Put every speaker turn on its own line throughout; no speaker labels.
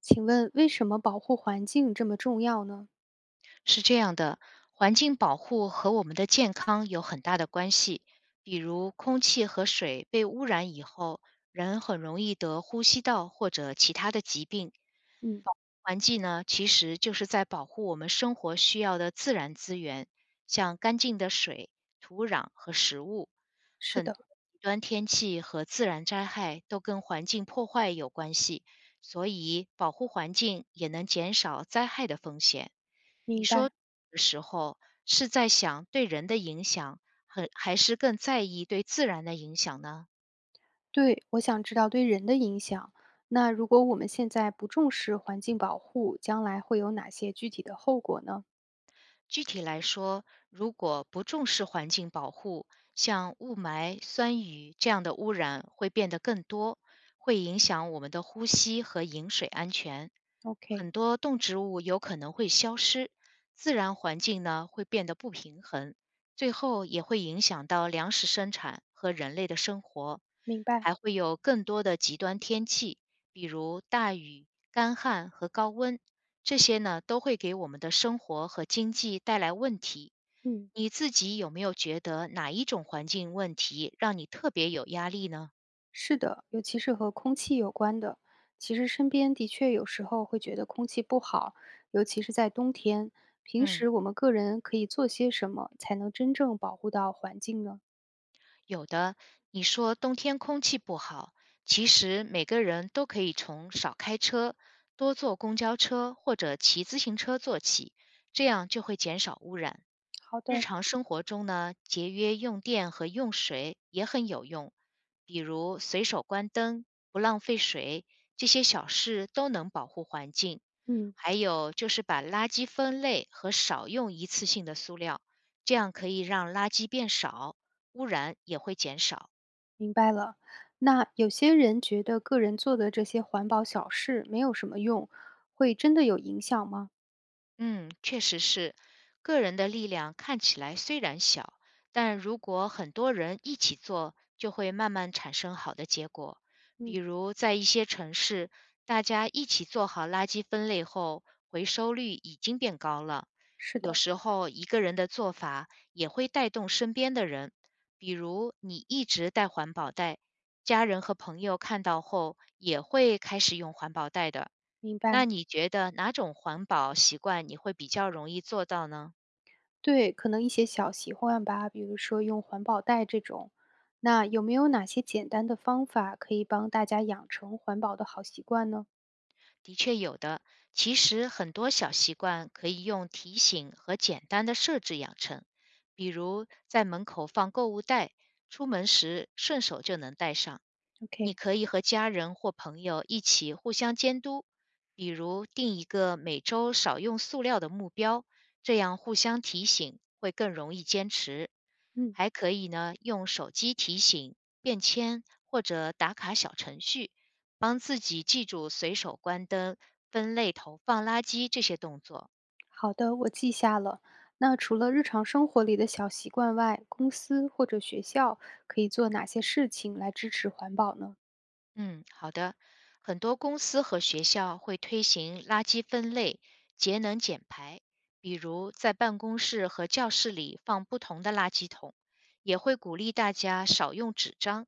请问为什么保护环境这么重要呢？
是这样的，环境保护和我们的健康有很大的关系。比如，空气和水被污染以后，人很容易得呼吸道或者其他的疾病。
嗯，
环境呢，其实就是在保护我们生活需要的自然资源，像干净的水、土壤和食物。
是
很
的，
多极端天气和自然灾害都跟环境破坏有关系，所以保护环境也能减少灾害的风险。你
明
说
白。
的时候是在想对人的影响，很还是更在意对自然的影响呢？
对，我想知道对人的影响。那如果我们现在不重视环境保护，将来会有哪些具体的后果呢
具体来说，如果不重视环境保护，像雾霾、酸雨这样的污染会变得更多，会影响我们的呼吸和饮水安全。
？OK，
很多动植物有可能会消失，自然环境呢会变得不平衡，最后也会影响到粮食生产和人类的生活，
明白。
还会有更多的极端天气，比如大雨、干旱和高温，这些呢，都会给我们的生活和经济带来问题。
嗯，
你自己有没有觉得哪一种环境问题让你特别有压力呢？
是的，尤其是和空气有关的。其实身边的确有时候会觉得空气不好，尤其是在冬天。平
嗯，
时我们个人可以做些什么才能真正保护到环境呢？
有的，你说冬天空气不好，其实每个人都可以从少开车、多坐公交车或者骑自行车做起，这样就会减少污染。
好
日
的，
常生活中呢，节约用电和用水也很有用，比如随手关灯、不浪费水，这些小事都能保护环境。
嗯。
还有就是把垃圾分类和少用一次性的塑料，这样可以让垃圾变少，污染也会减少。
明白了，那有些人觉得个人做的这些环保小事没有什么用，会真的有影响吗？
嗯，确实是，个人的力量看起来虽然小，但如果很多人一起做，就会慢慢产生好的结果。比
嗯，
如在一些城市，大家一起做好垃圾分类后，回收率已经变高了。
是
有
的，
时候一个人的做法也会带动身边的人，比如你一直带环保袋，家人和朋友看到后也会开始用环保袋的。
明
那
白。
你觉得哪种环保习惯你会比较容易做到呢？
对，可能一些小习惯吧，比如说用环保袋这种。那有没有哪些简单的方法可以帮大家养成环保的好习惯呢
的确有的，其实很多小习惯可以用提醒和简单的设置养成，比如在门口放购物袋，出门时顺手就能带上。你
？OK，
可以和家人或朋友一起互相监督，比如定一个每周少用塑料的目标，这样互相提醒会更容易坚持。
嗯，
还可以呢，用手机提醒、便签或者打卡小程序，帮自己记住随手关灯、分类投放垃圾这些动作。
好的，我记下了。那除了日常生活里的小习惯外，公司或者学校可以做哪些事情来支持环保呢？
嗯，好的。很多公司和学校会推行垃圾分类、节能减排，比如在办公室和教室里放不同的垃圾桶，也会鼓励大家少用纸张。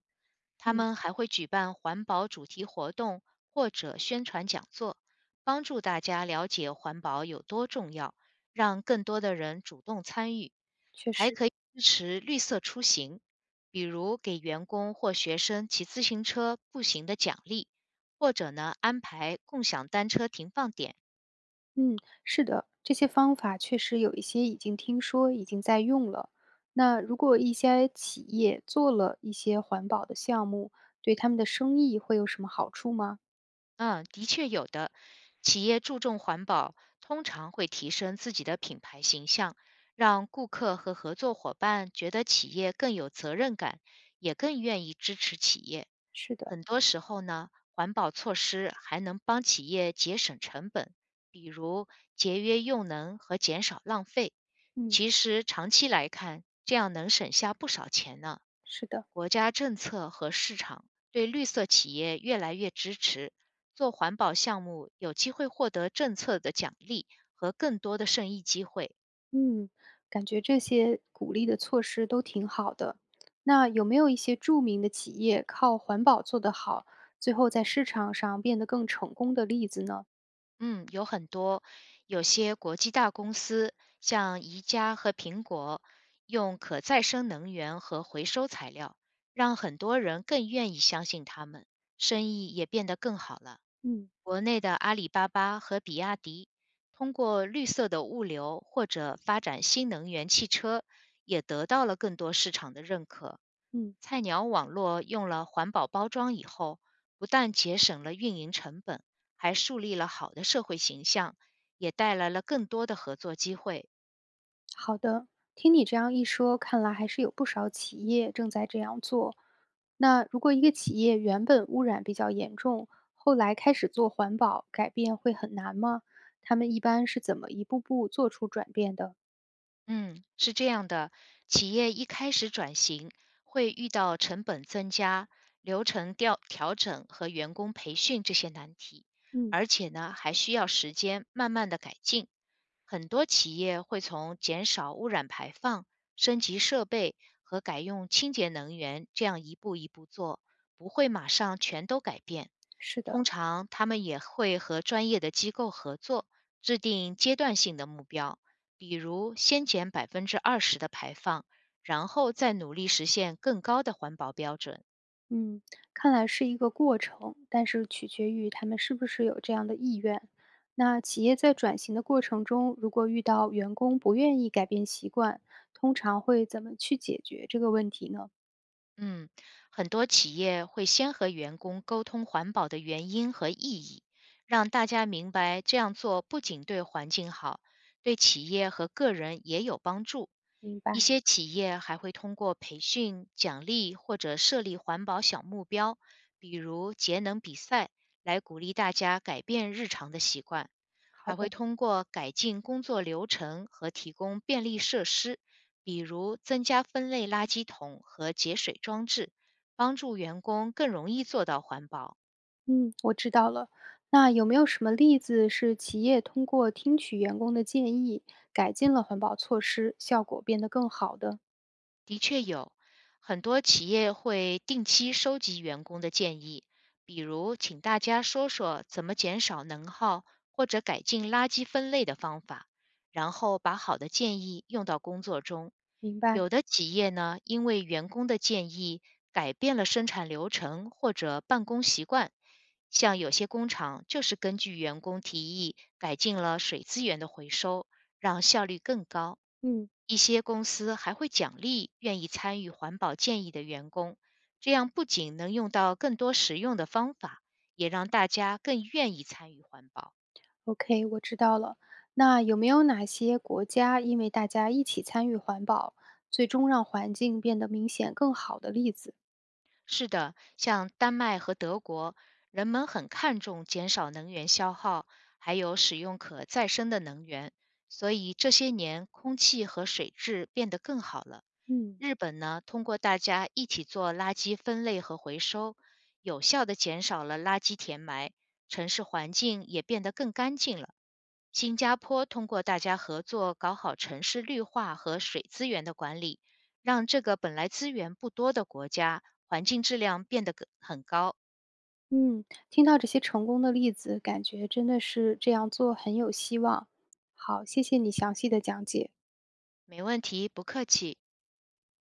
他
嗯，
们还会举办环保主题活动或者宣传讲座，帮助大家了解环保有多重要，让更多的人主动参与。
确
还可
实。
以支持绿色出行，比如给员工或学生骑自行车、步行的奖励，或者呢安排共享单车停放点，
嗯，是的，这些方法确实有一些已经听说，已经在用了。那如果一些企业做了一些环保的项目，对他们的生意会有什么好处吗？
嗯，的确有的。企业注重环保，通常会提升自己的品牌形象，让顾客和合作伙伴觉得企业更有责任感，也更愿意支持企业。
是的，
很多时候呢，环保措施还能帮企业节省成本，比如节约用能和减少浪费。
嗯，
其实长期来看，这样能省下不少钱呢。
是的，
国家政策和市场对绿色企业越来越支持，做环保项目有机会获得政策的奖励和更多的生意机会。
嗯，感觉这些鼓励的措施都挺好的。那有没有一些著名的企业靠环保做得好，最后在市场上变得更成功的例子呢？
嗯，有很多，有些国际大公司，像宜家和苹果，用可再生能源和回收材料，让很多人更愿意相信他们，生意也变得更好了。
嗯
国内的阿里巴巴和比亚迪，通过绿色的物流或者发展新能源汽车，也得到了更多市场的认可。
嗯。
菜鸟网络用了环保包装以后，不但节省了运营成本，还树立了好的社会形象，也带来了更多的合作机会。
好的，听你这样一说，看来还是有不少企业正在这样做。那如果一个企业原本污染比较严重，后来开始做环保，改变会很难吗？他们一般是怎么一步步做出转变的？
嗯，是这样的，企业一开始转型会遇到成本增加、流程调整和员工培训这些难题，
嗯，
而且呢，还需要时间慢慢的改进。很多企业会从减少污染排放、升级设备和改用清洁能源这样一步一步做，不会马上全都改变。
是
通
的，
常，他们也会和专业的机构合作，制定阶段性的目标，比如先减20%的排放，然后再努力实现更高的环保标准。
嗯，看来是一个过程，但是取决于他们是不是有这样的意愿。那企业在转型的过程中，如果遇到员工不愿意改变习惯，通常会怎么去解决这个问题呢？
嗯，很多企业会先和员工沟通环保的原因和意义，让大家明白这样做不仅对环境好，对企业和个人也有帮助。
明
一
白。
些企业还会通过培训、奖励或者设立环保小目标，比如节能比赛，来鼓励大家改变日常的习惯；
好
还会
的，
通过改进工作流程和提供便利设施，比如增加分类垃圾桶和节水装置，帮助员工更容易做到环保。
嗯，我知道了。那有没有什么例子是企业通过听取员工的建议，改进了环保措施，效果变得更好的？
的确有，很多企业会定期收集员工的建议，比如请大家说说怎么减少能耗或者改进垃圾分类的方法，然后把好的建议用到工作中。
明白，
有的企业呢，因为员工的建议改变了生产流程或者办公习惯，像有些工厂就是根据员工提议改进了水资源的回收，让效率更高。
嗯
一些公司还会奖励愿意参与环保建议的员工，这样不仅能用到更多实用的方法，也让大家更愿意参与环保。
，OK，我知道了。那有没有哪些国家因为大家一起参与环保，最终让环境变得明显更好的例子？
是的，像丹麦和德国，人们很看重减少能源消耗，还有使用可再生的能源，所以这些年空气和水质变得更好了。
嗯
日本呢，通过大家一起做垃圾分类和回收，有效地减少了垃圾填埋，城市环境也变得更干净了。新加坡通过大家合作搞好城市绿化和水资源的管理，让这个本来资源不多的国家环境质量变得更很高。
嗯，听到这些成功的例子，感觉真的是这样做很有希望。好，谢谢你详细的讲解。
没问题，不客气。